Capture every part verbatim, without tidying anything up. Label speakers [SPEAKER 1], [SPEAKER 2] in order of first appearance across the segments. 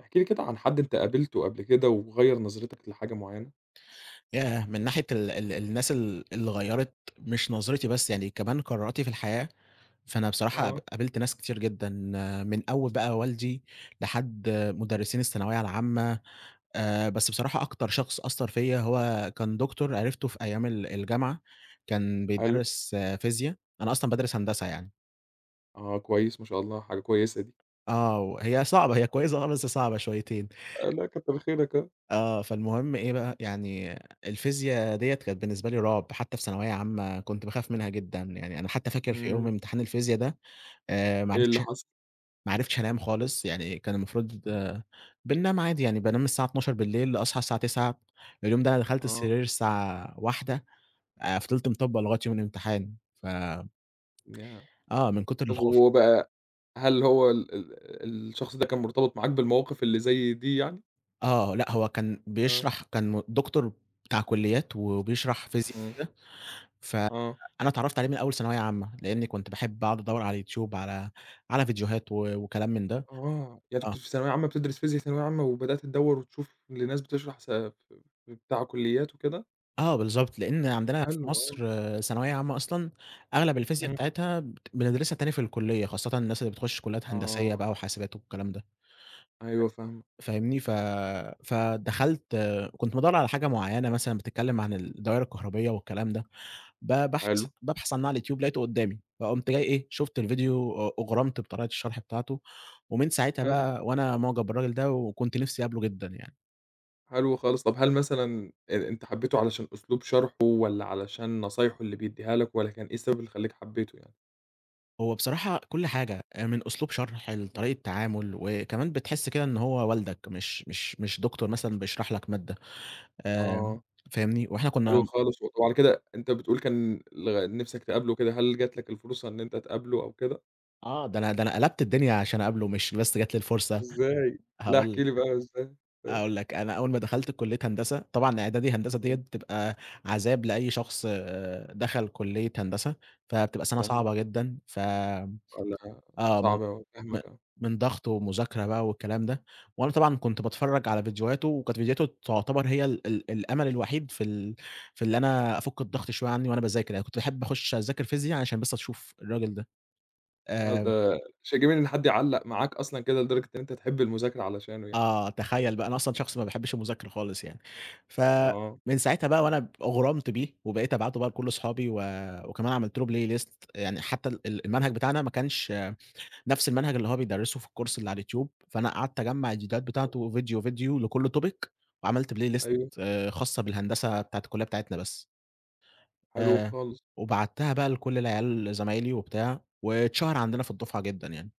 [SPEAKER 1] احكِ لي كده عن حد أنت قابلته قبل كده وغيّر نظرتك لحاجة معيّنة.
[SPEAKER 2] ياه! من ناحية ال ال الناس ال اللي غيّرت مش نظرتي بس، يعني كمان قراراتي في الحياة، فأنا بصراحة قاب
[SPEAKER 1] آه،
[SPEAKER 2] قابلت ناس كتير جدًا، من أول بقى والدي لحد مدرسين الثانوية العامة. آآ، بس بصراحة أكتر شخص أثّر فيّا هو كان دكتور عرفته في أيام ال الجامعة، كان
[SPEAKER 1] حلو،
[SPEAKER 2] بيدرس فيزيا، أنا أصلًا بادرس هندسة يعني.
[SPEAKER 1] آه، كويس ما شاء الله حاجة كويسة دي.
[SPEAKER 2] آه، وهي صعبة، هي كويسة، آه، بس صعبة شويتين.
[SPEAKER 1] آه، لأ كتّر خيرك آه،
[SPEAKER 2] آه، فالمهم إيه بقى، يعني الفيزيا ديّة كانت بالنسبة لي رعب، حتى في ثانوية عامة كنت باخاف منها جدًا، يعني أنا حتى فاكر في يوم
[SPEAKER 1] إمم.
[SPEAKER 2] امتحان الفيزيا ده آآ ما
[SPEAKER 1] إيه اللي
[SPEAKER 2] عرفتش
[SPEAKER 1] حصل؟
[SPEAKER 2] ما عرفتش أنام خالص، يعني كان المفروض
[SPEAKER 1] آه،
[SPEAKER 2] آه بننام عادي، يعني بانام الساعة الثانية عشرة أصحى الساعة التاسعة. اليوم ده أنا دخلت
[SPEAKER 1] آه،
[SPEAKER 2] السرير الساعة واحدة. آآ فضلت مطبّق لغاية يوم الامتحان. ف
[SPEAKER 1] ياه!
[SPEAKER 2] آه، من كتر
[SPEAKER 1] طب
[SPEAKER 2] الخوف.
[SPEAKER 1] وهو بقى، هل هو ال ال الشخص ده كان مرتبط معاك بالمواقف اللي زي دي يعني؟
[SPEAKER 2] آه، لأ، هو كان
[SPEAKER 1] آه،
[SPEAKER 2] بيشرح، كان م دكتور بتاع كليات وبيشرح فيزيا
[SPEAKER 1] إمم،
[SPEAKER 2] كده. ف
[SPEAKER 1] آه،
[SPEAKER 2] أنا اتعرّفت عليه من أول ثانوية عامة، لإنّي كنت باحب أقعد أدوّر على اليوتيوب على على فيديوهات و وكلام من ده.
[SPEAKER 1] آه، يعني أنت
[SPEAKER 2] آه،
[SPEAKER 1] كنت في ثانوية عامة بتدرس فيزيا ثانوية عامة وبدأت تدوّر وتشوف لناس بتشرح س في في بتاع كليات وكده؟
[SPEAKER 2] آه بالضبط، لإن عندنا في
[SPEAKER 1] حلو
[SPEAKER 2] مصر،
[SPEAKER 1] آه،
[SPEAKER 2] آه، ثانوية عامة أصلًا أغلب الفيزيا
[SPEAKER 1] إمم،
[SPEAKER 2] بتاعتها بت بندرسها تاني في الكلية، خاصةً الناس اللي بتخش كليات هندسية
[SPEAKER 1] آه،
[SPEAKER 2] بقى وحاسبات والكلام ده.
[SPEAKER 1] أيوه فاهمك،
[SPEAKER 2] فاهمني؟ ف
[SPEAKER 1] إمم،
[SPEAKER 2] فدخلت. آه، كنت بادوّر على حاجة معيّنة مثلًا بتتكلّم عن الدوائر الكهربية والكلام ده. ب باحث
[SPEAKER 1] حلو،
[SPEAKER 2] بابحث عنّها على اليوتيوب لقيته قدّامي، فقُمت جاي إيه، شُفت
[SPEAKER 1] إمم،
[SPEAKER 2] الفيديو، أ أُغرمت بطريقة الشرح بتاعته، ومن ساعتها
[SPEAKER 1] حلو.
[SPEAKER 2] بقى وأنا معجب بالراجل ده وكنت نِفْسي أقابله جدًا يعني.
[SPEAKER 1] حلو خالص، طب هل مثلًا أ أنت حبيته علشان أسلوب شرحه والّا علشان نصايحه اللي بيدّيها لك والّا كان إيه السبب اللي خلّاك حبيته يعني؟
[SPEAKER 2] هو بصراحة كل حاجة، آآ من أسلوب شرح لطريقة تعامل، وكمان بتحس كده إن هو والدك، مش مش مش دكتور مثلًا بيشرح لك مادة. آمم
[SPEAKER 1] آه،
[SPEAKER 2] فاهمني؟ وإحنا
[SPEAKER 1] حلو
[SPEAKER 2] كُنّا.
[SPEAKER 1] خالص، و وعلى كده أنت بتقول كان لغ نِفْسك تقابله كده، هل جات لك الفرصة إن أنت تقابله أو كده؟
[SPEAKER 2] آه، ده أنا ده أنا قلبت الدنيا عشان أقابله، مش بس جات لي الفرصة.
[SPEAKER 1] إزاي؟ لأ احكِ
[SPEAKER 2] هاقول
[SPEAKER 1] لي بقى إزاي؟ آه،
[SPEAKER 2] هاقول لك، أنا أول ما دخلت كلية هندسة، طبعًا إعدادي هندسة ديّة
[SPEAKER 1] إمم،
[SPEAKER 2] بتبقى عذاب لأي شخص آآ دخل كلية هندسة، فبتبقى سنة
[SPEAKER 1] فاهمك، إمم.
[SPEAKER 2] صعبة جدًا. ف
[SPEAKER 1] والّا
[SPEAKER 2] آه، من
[SPEAKER 1] صعب أوي،
[SPEAKER 2] م
[SPEAKER 1] فاهمك آه،
[SPEAKER 2] من ضغط ومذاكرة بقى والكلام ده، وأنا طبعًا كنت باتفرّج على فيديوهاته، وكانت فيديوهاته تعتبر هي ال ال الأمل الوحيد في ال في اللي أنا أفُك الضغط شوية عني وأنا باذاكر، يعني كنت باحب أخُش أذاكر فيزيا عشان بس أشوف الراجل ده.
[SPEAKER 1] آه،
[SPEAKER 2] آآ
[SPEAKER 1] ده شيء جميل إن حد يعلّق معاك أصلًا كده لدرجة إن أنت تحب المذاكرة علشانه يعني،
[SPEAKER 2] آه، تخيّل بقى، أنا أصلًا شخص ما باحبّش المذاكرة خالص يعني.
[SPEAKER 1] آه،
[SPEAKER 2] فمن ساعتها بقى وأنا ب أُغرمت بيه، وبقيت أبعته بقى لكل أصحابي، و وكمان عملت له play list، يعني حتى ال ال المنهج بتاعنا ما كانش نفْس المنهج اللي هو بيدرّسه في الcourse اللي على اليوتيوب، فأنا قعدت أجمّع الفيديوهات بتاعته، فيديو فيديو لكل topic، وعملت play list،
[SPEAKER 1] أيوه،
[SPEAKER 2] آآ، خاصة بالهندسة بتاعة الكلية بتاعتنا بس.
[SPEAKER 1] حلو
[SPEAKER 2] آآ،
[SPEAKER 1] خالص،
[SPEAKER 2] وبعتّها بقى لكل العيال زمايلي وبتاع، واتشهر عندنا في الدفعة جدًا يعني.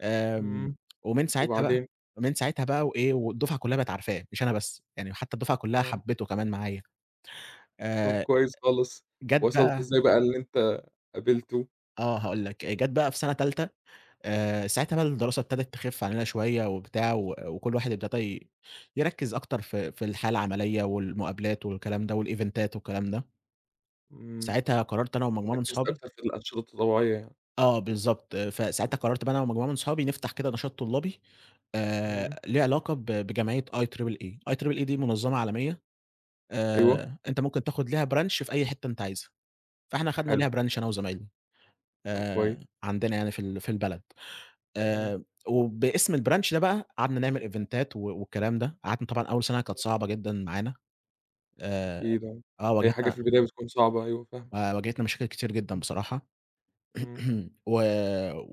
[SPEAKER 2] آمم،
[SPEAKER 1] إمم،
[SPEAKER 2] ومن ساعتها بقى
[SPEAKER 1] وبعدين؟
[SPEAKER 2] من ساعتها بقى وإيه، والدفعة كلّها بقت عارفاه، مش أنا بس، يعني حتى الدفعة كلّها
[SPEAKER 1] آه.
[SPEAKER 2] حبّته كمان معايا.
[SPEAKER 1] طب
[SPEAKER 2] آآ،
[SPEAKER 1] كويس خالص،
[SPEAKER 2] جات
[SPEAKER 1] وصلت
[SPEAKER 2] بقى
[SPEAKER 1] إزاي بقى للي أنت قابلته؟
[SPEAKER 2] آه، هاقول لك، جات بقى في سَنة تالتة، آآ، ساعتها بقى الدراسة ابتدت تخِف علينا شوية وبتاع و وكل واحد ابتدى ي يركّز أكتر في في الحياة العملية والمقابلات والكلام ده والإيفنتات والكلام ده.
[SPEAKER 1] إمم،
[SPEAKER 2] ساعتها قررت أنا ومجموعة من
[SPEAKER 1] ركّزت
[SPEAKER 2] صحابي.
[SPEAKER 1] أكتر في الأنشطة التطوعية يعني،
[SPEAKER 2] آه بالضبط،
[SPEAKER 1] إمم،
[SPEAKER 2] فساعتها قررت بقى أنا ومجموعة من صحابي نفتح كده نشاط طلابي
[SPEAKER 1] إمم،
[SPEAKER 2] آآ ليه علاقة ب بجمعية آي تربل إي. آي تربل إي دي منظمة عالمية،
[SPEAKER 1] أيوه،
[SPEAKER 2] آآ أنت ممكن تاخد ليها branch في أي حتة أنت عايزها. فإحنا خدنا
[SPEAKER 1] حلو،
[SPEAKER 2] ليها branch، أنا وزمايلي،
[SPEAKER 1] طب كويس،
[SPEAKER 2] آآ عندنا يعني في ال في البلد.
[SPEAKER 1] إمم،
[SPEAKER 2] آآ وباسم الbranch ده بقى قعدنا نعمل إيفنتات و والكلام ده. قعدنا طبعًا أول سنة كانت صعبة جدًا معانا، آآ
[SPEAKER 1] أكيد آه،
[SPEAKER 2] آه
[SPEAKER 1] هي حاجة
[SPEAKER 2] واجهتنا
[SPEAKER 1] في البداية بتكون صعبة، أيوه فاهمك،
[SPEAKER 2] آآ واجهتنا مشاكل كتير جدًا
[SPEAKER 1] إمم،
[SPEAKER 2] بصراحة.
[SPEAKER 1] إمم،
[SPEAKER 2] و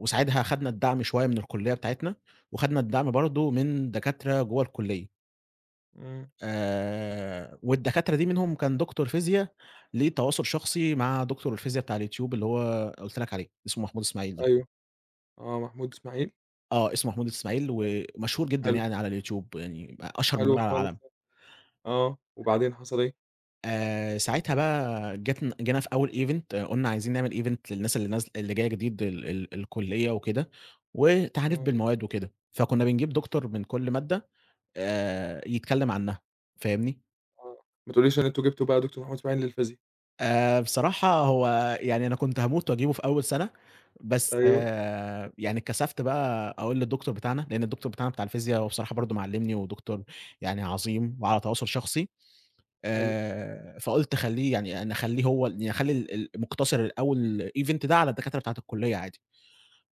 [SPEAKER 2] وساعتها خدنا الدعم شوية من الكلية بتاعتنا، وخدنا الدعم برضه من دكاترة جوّه الكلية،
[SPEAKER 1] إمم،
[SPEAKER 2] آآ والدكاترة دي منهم كان دكتور فيزيا ليه تواصل شخصي مع دكتور الفيزيا بتاع اليوتيوب اللي هو قُلت لك عليه، اسمه محمود إسماعيل ده.
[SPEAKER 1] أيوه، آه، محمود إسماعيل،
[SPEAKER 2] آه، اسمه محمود إسماعيل ومشهور جدًا
[SPEAKER 1] حلو،
[SPEAKER 2] يعني على اليوتيوب، يعني أ أشهر من
[SPEAKER 1] حلو
[SPEAKER 2] نار على
[SPEAKER 1] خالص،
[SPEAKER 2] العالم.
[SPEAKER 1] آه، وبعدين حصل إيه؟
[SPEAKER 2] آآ، ساعتها بقى جاتن جينا في أول event. آه، قُلنا عايزين نعمل event للناس اللي نازل اللي جاية جديد ال ال الكلية وكده، وتعريف
[SPEAKER 1] آه،
[SPEAKER 2] بالمواد وكده، فكنا بنجيب دكتور من كل مادة، آآ، يتكلم عنها. فاهمني؟
[SPEAKER 1] آه، ما تقوليش إن أنتم جبتوا بقى دكتور محمود إسماعيل للفيزيا،
[SPEAKER 2] آآ، بصراحة هو، يعني أنا كنت هاموت وأجيبه في أول سنة، بس
[SPEAKER 1] أيوه،
[SPEAKER 2] آه يعني اتكسفت بقى أقول للدكتور بتاعنا، لأن الدكتور بتاعنا بتاع الفيزيا هو بصراحة برضه معلمني، ودكتور يعني عظيم وعلى تواصل شخصي.
[SPEAKER 1] حلو،
[SPEAKER 2] آآ، فقُلت خلّيه، يعني أنا أخلّيه هو، ال يعني أخلّي ال ال مُقتصر الأول الevent ده على الدكاترة بتاعة الكُلّية عادي.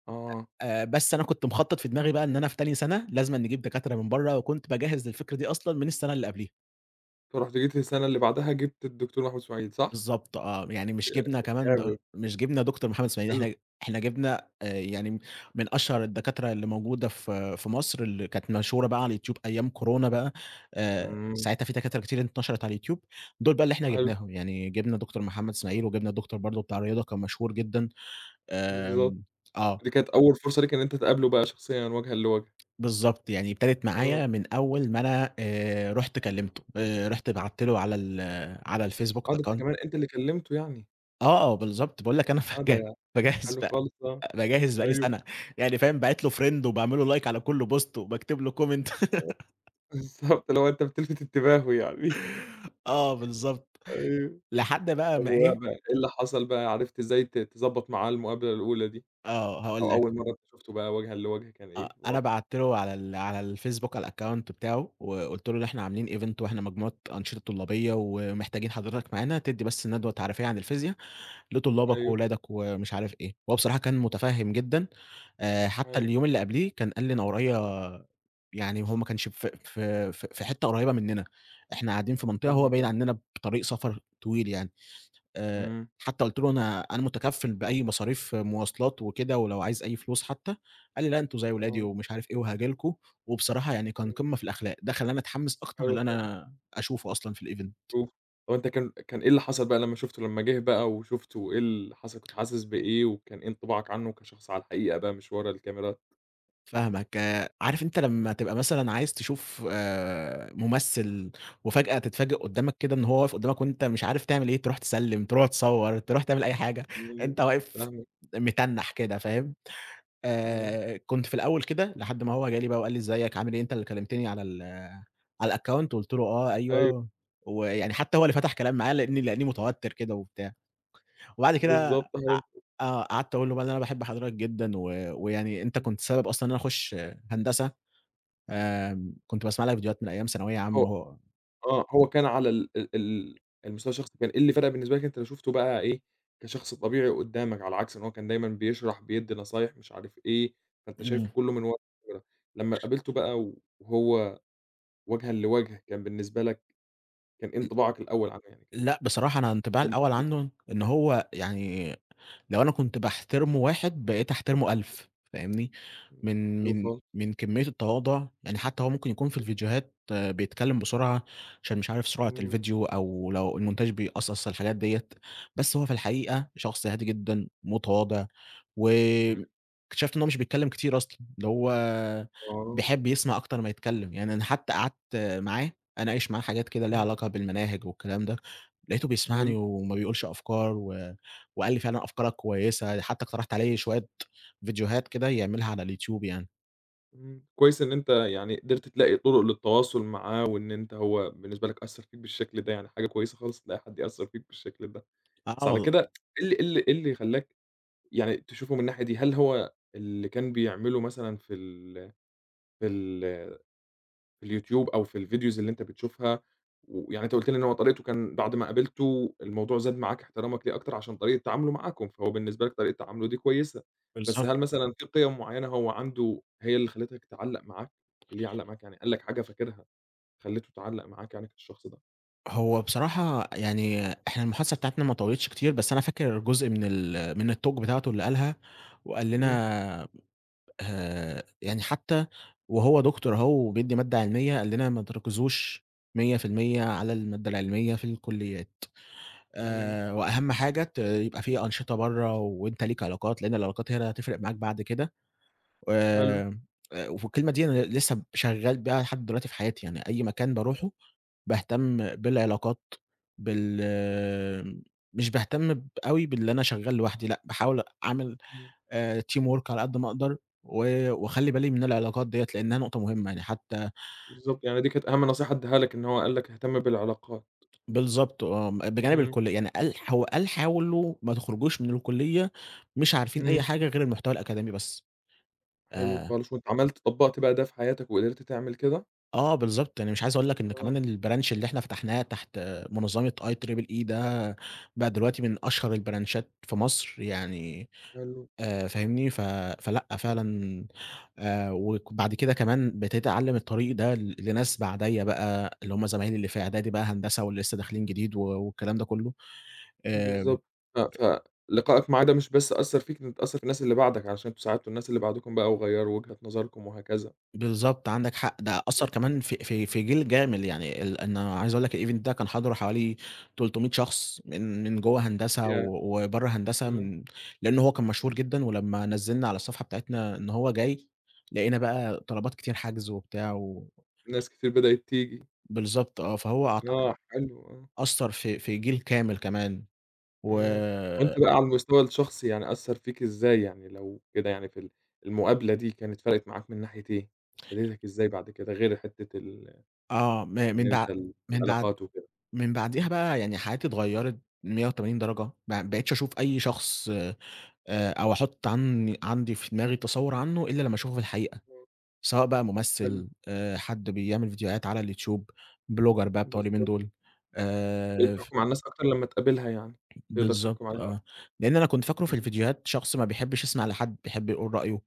[SPEAKER 1] آه،
[SPEAKER 2] آآ، بس أنا كنت مخطّط في دماغي بقى إن أنا في تاني سَنة لازمًا نجيب دكاترة من برّه، وكنت باجهّز للفكرة دي أصلًا من السَنة اللي قبليها.
[SPEAKER 1] فرُحت جيت السنة اللي بعدها جبت الدكتور محمود إسماعيل صح؟
[SPEAKER 2] بالضبط آه، يعني مش
[SPEAKER 1] ي
[SPEAKER 2] جِبنا كمان د
[SPEAKER 1] جامد،
[SPEAKER 2] مش جِبنا دكتور محمد إسماعيل،
[SPEAKER 1] حلو،
[SPEAKER 2] إحنا إحنا جِبنا، آآ يعني، من أشهر الدكاترة اللي موجودة في في مصر اللي كانت مشهورة بقى على الYouTube أيام كورونا بقى. آآ
[SPEAKER 1] إمم،
[SPEAKER 2] ساعتها في دكاترة كتير انتشرت على الYouTube، دول بقى اللي إحنا
[SPEAKER 1] حلو.
[SPEAKER 2] جِبناهم، يعني جِبنا دكتور محمد إسماعيل وجِبنا دكتور برضه بتاع رياضة كان مشهور جدًا.
[SPEAKER 1] بالضبط،
[SPEAKER 2] آمم آه،
[SPEAKER 1] دي كانت أول فرصة ليك إن أنت تقابله بقى شخصيًا وجهًا لوجه.
[SPEAKER 2] بالضبط، يعني ابتدت
[SPEAKER 1] آه،
[SPEAKER 2] معايا من أول ما أنا آآ رُحت كلّمته، آآ رُحت بعتّ له على ال على الFacebook
[SPEAKER 1] آه، ده أنت
[SPEAKER 2] account.
[SPEAKER 1] كمان أنت اللي كلمته يعني،
[SPEAKER 2] آه، آه، بالضبط، باقول لك أنا
[SPEAKER 1] آه، ده
[SPEAKER 2] فج باجهّز
[SPEAKER 1] حلو خالص آه،
[SPEAKER 2] باجهّز بقى لي
[SPEAKER 1] أيوه
[SPEAKER 2] سَنة، يعني فاهم، باعت له friend وباعمل له like على كل post وباكتب له comment
[SPEAKER 1] بالضبط، اللي هو أنت بتلفت انتباهه يعني،
[SPEAKER 2] آه بالضبط،
[SPEAKER 1] أيوه،
[SPEAKER 2] لحد بقى
[SPEAKER 1] طب
[SPEAKER 2] ما
[SPEAKER 1] وبقى
[SPEAKER 2] إيه.
[SPEAKER 1] إيه اللي حصل بقى، عرفت إزاي ت تضبّط معاه المقابلة الأولى دي،
[SPEAKER 2] آه، هاقول
[SPEAKER 1] أو
[SPEAKER 2] لك،
[SPEAKER 1] أول مرة أنت شُفته بقى وجهًا لوجه كان
[SPEAKER 2] آه،
[SPEAKER 1] إيه
[SPEAKER 2] أنا
[SPEAKER 1] الوضع؟
[SPEAKER 2] بعت له على ال على الFacebook، على الaccount بتاعه، وقُلت له إن إحنا عاملين event، وإحنا مجموعة أنشطة طلابية، ومحتاجين حضرتك معانا تدّي بس ندوة تعريفية عن الفيزيا لطلابك
[SPEAKER 1] أيوه،
[SPEAKER 2] وولادك ومش عارف إيه. هو بصراحة كان متفهِّم جدًا. آآ حتى
[SPEAKER 1] حلو،
[SPEAKER 2] اليوم اللي قبليه كان قال لي: "أنا ورايا". يعني هو ما كانش في في في في حتّة قريّبة مننا، إحنا قاعدين في منطقة هو
[SPEAKER 1] فاهمك
[SPEAKER 2] بعيد
[SPEAKER 1] آه،
[SPEAKER 2] عننا بطريق سفر طويل يعني. آآ
[SPEAKER 1] إمم،
[SPEAKER 2] حتى قُلت له: "أنا أنا مُتكفّل بأي مصاريف مواصلات وكده، ولو عايز أي فلوس حتى." قال لي: "لأ، أنتم زي ولادي
[SPEAKER 1] آه،
[SPEAKER 2] ومش عارف إيه، وهاجي لكم." وبصراحة يعني كان
[SPEAKER 1] إمم،
[SPEAKER 2] قمّة في الأخلاق، ده خلّاني أتحمّس أكتر
[SPEAKER 1] حلو
[SPEAKER 2] إن
[SPEAKER 1] خالص.
[SPEAKER 2] أنا أشوفه أصلًا في الevent.
[SPEAKER 1] شوف، هو أنت كان كان إيه اللي حصل بقى لمّا شُفته لمّا جِه بقى وشُفته، إيه اللي حصل، كنت حاسس بإيه، وكان إيه انطباعك عنه كشخص على الحقيقة بقى مش ورا الكاميرات؟
[SPEAKER 2] فاهمك، آآ، عارف أنت لمّا تبقى مثلًا عايز تشوف، آآ، ممثل، وفجأة تتفاجأ قدّامك كده إن هو واقف قدّامك وأنت مش عارف تعمل إيه، تروح تسلِّم، تروح تصوّر، تروح تعمل أي حاجة،
[SPEAKER 1] إمم،
[SPEAKER 2] أنت واقف
[SPEAKER 1] فاهمك،
[SPEAKER 2] متنّح كده، فاهم؟
[SPEAKER 1] إمم،
[SPEAKER 2] آآ، كنت في الأول كده لحد ما هو جه لي بقى وقال لي: "إزيك، عامل إيه، أنت اللي كلمتني على ال على الaccount؟" قُلت له: "آه،
[SPEAKER 1] أيوه،
[SPEAKER 2] أيوه." ويعني حتى هو اللي فتح كلام معايا، لإني لإني متوتر كده وبتاع. وبعد كده، أ
[SPEAKER 1] بالضبط هو
[SPEAKER 2] آه، قعدت أقول له بقى إن أنا باحب حضرتك جدًا، و ويعني أنت كنت سبب أصلًا إن أنا أخش هندسة، آمم، كنت باسمع لك فيديوهات من أيام ثانوية
[SPEAKER 1] هو
[SPEAKER 2] عامة و.
[SPEAKER 1] آه، هو كان على ال ال ال المستوى الشخصي، كان إيه اللي فرق بالنسبة لك أنت لو شُفته بقى إيه، كشخص طبيعي قدّامك، على عكس إن هو كان دايمًا بيشرح، بيدّي نصايح، مش عارف إيه، فأنت شايفه
[SPEAKER 2] إمم،
[SPEAKER 1] كلّه من ورا الكاميرا، لمّا قابلته بقى وهو وجهًا لوجه، كان بالنسبة لك كان إيه انطباعك الأول عنه يعني كان
[SPEAKER 2] لأ بصراحة، أنا انطباعي
[SPEAKER 1] إيه؟
[SPEAKER 2] الأول عنه إن هو يعني، لو أنا كنت باحترمه واحد، بقيت أحترمه ألف. فاهمني؟
[SPEAKER 1] إمم،
[SPEAKER 2] من
[SPEAKER 1] حلو
[SPEAKER 2] من
[SPEAKER 1] خالص،
[SPEAKER 2] من كمية التواضع، يعني حتى هو ممكن يكون في الفيديوهات، آه، بيتكلم بسرعة، عشان مش عارف سرعة
[SPEAKER 1] إمم،
[SPEAKER 2] الفيديو أو لو المونتاج بيقصقص الحاجات ديّة، بس هو في الحقيقة شخص هادي جدًا، متواضع،
[SPEAKER 1] إمم،
[SPEAKER 2] واكتشفت إن هو مش بيتكلم كتير أصلًا، اللي هو
[SPEAKER 1] آه،
[SPEAKER 2] بيحب يسمع أكتر ما يتكلم، يعني أنا حتى قعدت معاه أناقش معاه حاجات كده ليها
[SPEAKER 1] إمم،
[SPEAKER 2] علاقة بالمناهج والكلام ده، لقيته
[SPEAKER 1] حلو،
[SPEAKER 2] بيسمعني وما بيقولش أفكار، و وقال لي فعلًا أفكارك كويسة، حتى اقترحت عليه شوية فيديوهات كده يعملها على اليوتيوب يعني.
[SPEAKER 1] إمم، كويس إن أنت يعني قدرت تلاقي طرق للتواصل معاه، وإن أنت هو بالنسبة لك أثّر فيك بالشكل ده، يعني حاجة كويسة خالص تلاقي حد يأثّر فيك بالشكل ده،
[SPEAKER 2] آه
[SPEAKER 1] بس على
[SPEAKER 2] والله.
[SPEAKER 1] كده إيه اللي إيه اللي إيه اللي خلّاك يعني تشوفه من الناحية دي؟ هل هو اللي كان بيعمله مثلًا في ال في ال في اليوتيوب أو في الفيديوز اللي أنت بتشوفها، ويعني أنت قُلت لي إن هو طريقته كان بعد ما قابلته الموضوع زاد معاك احترامك ليه أكتر عشان طريقة تعامله معاكم، فهو بالنسبة لك طريقة تعامله دي كويسة، بس
[SPEAKER 2] بالضبط.
[SPEAKER 1] هل مثلًا في قِيَم معيّنة هو عنده هي اللي خلّتك تعلّق معاك؟ اللي يعلّق معاك يعني قال لك حاجة فاكرها خلّيته تعلّق معاك يعني كالشخص ده؟
[SPEAKER 2] هو بصراحة، يعني إحنا المحادثة بتاعتنا ما طوّلتش كتير، بس أنا فاكر جزء من ال من الtalk بتاعته اللي قالها، وقال
[SPEAKER 1] إمم،
[SPEAKER 2] لنا، آآ يعني حتى وهو دكتور أهو وبيدّي مادة علمية، قال لنا: ما تركزوش مية في المية على المادة العلمية في الكليات،
[SPEAKER 1] إمم،
[SPEAKER 2] آآ وأهم حاجة ت يبقى في أنشطة برّه وأنت ليك علاقات، لإن العلاقات هي اللي هتفرق معاك بعد كده.
[SPEAKER 1] حلو،
[SPEAKER 2] آمم، آآ والكلمة دي أنا لسه شغّال بيها لحد دلوقتي في حياتي، يعني أي مكان باروحه باهتم بالعلاقات، بال مش باهتم ب أوي باللي أنا شغّال لوحدي، لأ باحاول أعمل
[SPEAKER 1] إمم،
[SPEAKER 2] آآ team work على قد ما أقدر، و واخلّي بالي من العلاقات ديّة لإنها نقطة مهمة، يعني حتى.
[SPEAKER 1] بالضبط، يعني دي كانت أهم نصيحة ادّاها لك إن هو قال لك اهتم بالعلاقات،
[SPEAKER 2] بالضبط آه، بجانب
[SPEAKER 1] إمم،
[SPEAKER 2] الكلية، يعني قال، هو قال حاولوا ما تخرجوش من الكلية مش عارفين
[SPEAKER 1] إمم،
[SPEAKER 2] أي حاجة غير المحتوى الأكاديمي بس.
[SPEAKER 1] حلو
[SPEAKER 2] آآ
[SPEAKER 1] خالص، وأنت عملت طبّقت بقى ده في حياتك وقدرت تعمل كده؟
[SPEAKER 2] آه بالضبط، يعني مش عايز أقول لك إن
[SPEAKER 1] آه،
[SPEAKER 2] كمان البرانش اللي إحنا فتحناه تحت منظمة آي تربل إي ده بقى
[SPEAKER 1] آه،
[SPEAKER 2] دلوقتي من أشهر البرانشات في مصر يعني.
[SPEAKER 1] حلو،
[SPEAKER 2] آآ فاهمني؟ ف فلأ
[SPEAKER 1] إمم.
[SPEAKER 2] فعلًا. آآ وك بعد كده كمان ابتديت أعلّم الطريق ده ل لناس بعدَيّا بقى، اللي هم زمايلي اللي في إعدادي بقى هندسة، واللي لسه داخلين جديد، و والكلام ده كلّه. آآ
[SPEAKER 1] بالضبط. ف فلقائك معاه ده مش بس أثّر فيك، أنت أثّر في الناس اللي بعدك علشان أنتم ساعدتوا الناس اللي بعدكم بقى وغيّروا وجهة نظركم وهكذا.
[SPEAKER 2] بالضبط، عندك حق، ده
[SPEAKER 1] إمم،
[SPEAKER 2] أثّر كمان في في في جيل جامد، يعني، ال أنا عايز أقول لك الevent ده كان حضره حوالي تلتمية شخص، من من جوّه هندسة
[SPEAKER 1] ياه!
[SPEAKER 2] و وبرّه هندسة،
[SPEAKER 1] إمم.
[SPEAKER 2] من، لإن هو كان مشهور جدًا، ولمّا نزّلنا على الصفحة بتاعتنا إن هو جاي، لقينا بقى طلبات كتير حجز وبتاع و
[SPEAKER 1] ناس كتير بدأت تيجي.
[SPEAKER 2] بالضبط آه، فهو أعتقد
[SPEAKER 1] آه، حلو آه.
[SPEAKER 2] أثّر في في جيل كامل كمان و
[SPEAKER 1] إمم. طب أنت بقى على المستوى الشخصي يعني أثّر فيك إزاي يعني لو كده، يعني في ال المقابلة دي كانت فرقت معاك من ناحية إيه؟ فادتك إزاي بعد كده غير حتّة ال
[SPEAKER 2] آه. م
[SPEAKER 1] إن
[SPEAKER 2] من بع
[SPEAKER 1] أنت ال
[SPEAKER 2] من بعد
[SPEAKER 1] العلاقات وكده؟
[SPEAKER 2] من بعديها
[SPEAKER 1] إمم.
[SPEAKER 2] بقى يعني حياتي اتغيّرت مية وتمانين درجة، ما بقيتش أشوف أي شخص، آآ، أو أحُط عنّي عندي في دماغي تصوُّر عنّه إلّا لمّا أشوفه في الحقيقة،
[SPEAKER 1] آه،
[SPEAKER 2] سواء بقى
[SPEAKER 1] حلو،
[SPEAKER 2] ممثّل، آآ، حد بيعمل فيديوهات على اليوتيوب، بلوجر بقى بتوع اليومين
[SPEAKER 1] بالضبط.
[SPEAKER 2] دول.
[SPEAKER 1] بقيت
[SPEAKER 2] آآ، ف
[SPEAKER 1] تحكم على الناس أكتر لمّا تقابلها يعني، تقدر
[SPEAKER 2] بالضبط
[SPEAKER 1] تحكم عليها
[SPEAKER 2] آه،
[SPEAKER 1] أكتر.
[SPEAKER 2] لإن أنا كنت فاكره في
[SPEAKER 1] إمم.
[SPEAKER 2] الفيديوهات شخص ما بيحبّش يسمع لحد، بيحب يقول رأيه،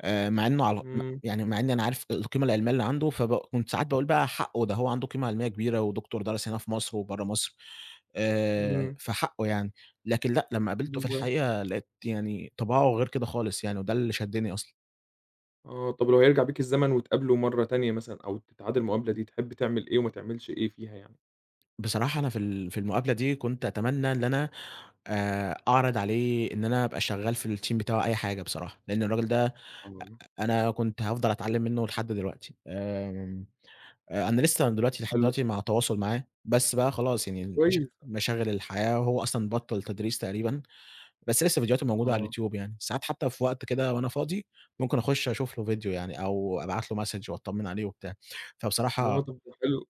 [SPEAKER 2] آآ مع إنه على م
[SPEAKER 1] إمم.
[SPEAKER 2] يعني مع إني أنا عارف القيمة العلمية اللي عنده، فب كنت ساعات باقول بقى حقه ده، هو عنده قيمة علمية كبيرة، ودكتور درس هنا في مصر وبرّه مصر، آآ
[SPEAKER 1] إمم.
[SPEAKER 2] فحقه يعني. لكن لأ، لمّا قابلته في
[SPEAKER 1] بالضبط،
[SPEAKER 2] الحقيقة لقيت يعني طباعه غير كده خالص يعني، وده اللي شدّني أصلًا.
[SPEAKER 1] آه، طب لو هيرجع بيك الزمن وتقابله مرّة تانية مثلًا أو تتعادل المقابلة دي، تحب تعمل إيه وما تعملش إيه فيها يعني؟
[SPEAKER 2] بصراحة أنا في ال في المقابلة دي كنت أتمنى إن أنا، آآ أعرض عليه إن أنا أبقى شغّال في الteam بتاعه أي حاجة بصراحة، لإن الراجل ده
[SPEAKER 1] آه.
[SPEAKER 2] أنا كنت هافضل أتعلّم منه لحد دلوقتي. آمم آآ أنا لسه دلوقتي لحد
[SPEAKER 1] حلو،
[SPEAKER 2] دلوقتي مع تواصل معاه، بس بقى خلاص، يعني المشا
[SPEAKER 1] كويس،
[SPEAKER 2] مشاغل الحياة، وهو أصلًا بطّل تدريس تقريبًا، بس لسه فيديوهاته موجودة على
[SPEAKER 1] آه،
[SPEAKER 2] اليوتيوب يعني، ساعات حتى في وقت كده وأنا فاضي ممكن أخش أشوف له فيديو يعني، أو أبعت له message وأطمن عليه وبتاع،
[SPEAKER 1] آه،
[SPEAKER 2] فبصراحة
[SPEAKER 1] طب ده حلو،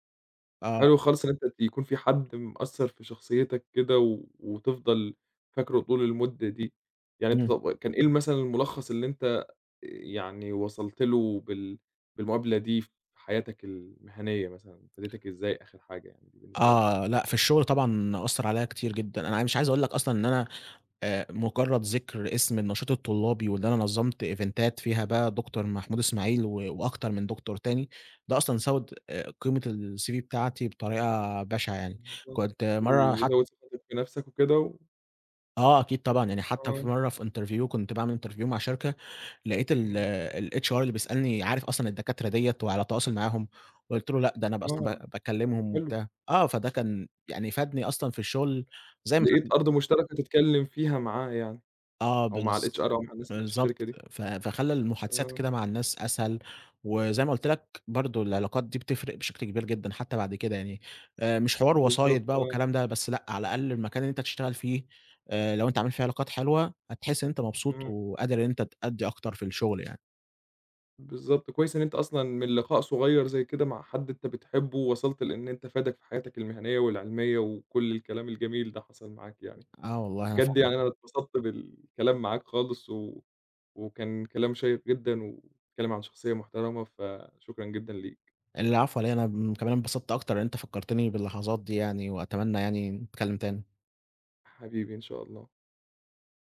[SPEAKER 2] آه.
[SPEAKER 1] حلو خالص إن أنت يكون في حد مأثّر في شخصيتك كده و وتفضل فاكره طول المدة دي، يعني أنت
[SPEAKER 2] إمم،
[SPEAKER 1] طب كان إيه مثلًا الملخص اللي أنت آآ يعني وصلت له بال بالمقابلة دي في حياتك المهنية مثلًا، فادتك إزاي آخر حاجة يعني بالنسبة لك؟
[SPEAKER 2] آه، لأ، في الشغل طبعًا أثّر عليَّ كتير جدًا، أنا مش عايز أقول لك أصلًا إن أنا، آآ مجرّد ذِكر اسم النشاط الطلّابي وإن أنا نظّمت إيفنتات فيها بقى دكتور محمود إسماعيل و وأكتر من دكتور تاني، ده أصلًا زوّد، آآ قيمة الCV بتاعتي بطريقة بشعة يعني.
[SPEAKER 1] بالضبط،
[SPEAKER 2] كنت مرّة حت
[SPEAKER 1] وزوّد ثقتك في نَفْسك وكده و
[SPEAKER 2] آه، أكيد طبعًا، يعني حتّى في
[SPEAKER 1] آه.
[SPEAKER 2] مرّة في interview كنت باعمل interview مع شركة، لقيت ال
[SPEAKER 1] إمم،
[SPEAKER 2] الHR اللي بيسألني عارف أصلًا الدكاترة ديّة وعلى تواصل معاهم، قُلت له: "لأ، ده أنا ب
[SPEAKER 1] آه،
[SPEAKER 2] أصلًا ب باكلّمهم
[SPEAKER 1] حلو.
[SPEAKER 2] وبتاع." آه، فده كان يعني فادني أصلًا في الشغل، زي ما
[SPEAKER 1] لقيت
[SPEAKER 2] فاد
[SPEAKER 1] أرض مشتركة تتكلم فيها معاه يعني،
[SPEAKER 2] آه،
[SPEAKER 1] أو مع
[SPEAKER 2] بالض
[SPEAKER 1] الHR أو مع الناس اللي في الشركة
[SPEAKER 2] بالضبط.
[SPEAKER 1] دي.
[SPEAKER 2] ف فخلّى المحادثات
[SPEAKER 1] آه،
[SPEAKER 2] كده مع الناس أسهل، وزي ما قُلت لك برضه العلاقات دي بتفرق بشكل كبير جدًا حتى بعد كده يعني، آآ مش حوار
[SPEAKER 1] بالضبط
[SPEAKER 2] وسايط بقى
[SPEAKER 1] آه،
[SPEAKER 2] والكلام ده، بس لأ على الأقل المكان اللي أنت تشتغل فيه، آآ لو أنت عامل فيه علاقات حلوة، هتحس إن أنت مبسوط
[SPEAKER 1] إمم،
[SPEAKER 2] وقادر إن أنت تأدّي أكتر في الشغل يعني.
[SPEAKER 1] بالضبط، كويس إن أنت أصلًا من لقاء صغير زي كده مع حد أنت بتحبه وصلت لإن أنت فادك في حياتك المهنية والعلمية وكل الكلام الجميل ده حصل معاك يعني،
[SPEAKER 2] آه والله، أنا
[SPEAKER 1] بجد
[SPEAKER 2] فاهمك.
[SPEAKER 1] يعني أنا اتبسطت بالكلام معاك خالص و وكان كلام شيق جدًا وبتتكلم عن شخصية محترمة، فشكرًا جدًا ليك،
[SPEAKER 2] العفو على إيه، أنا م كمان انبسطت أكتر إن أنت فكّرتني باللحظات دي يعني، وأتمنى يعني نتكلّم تاني.
[SPEAKER 1] حبيبي إن شاء الله.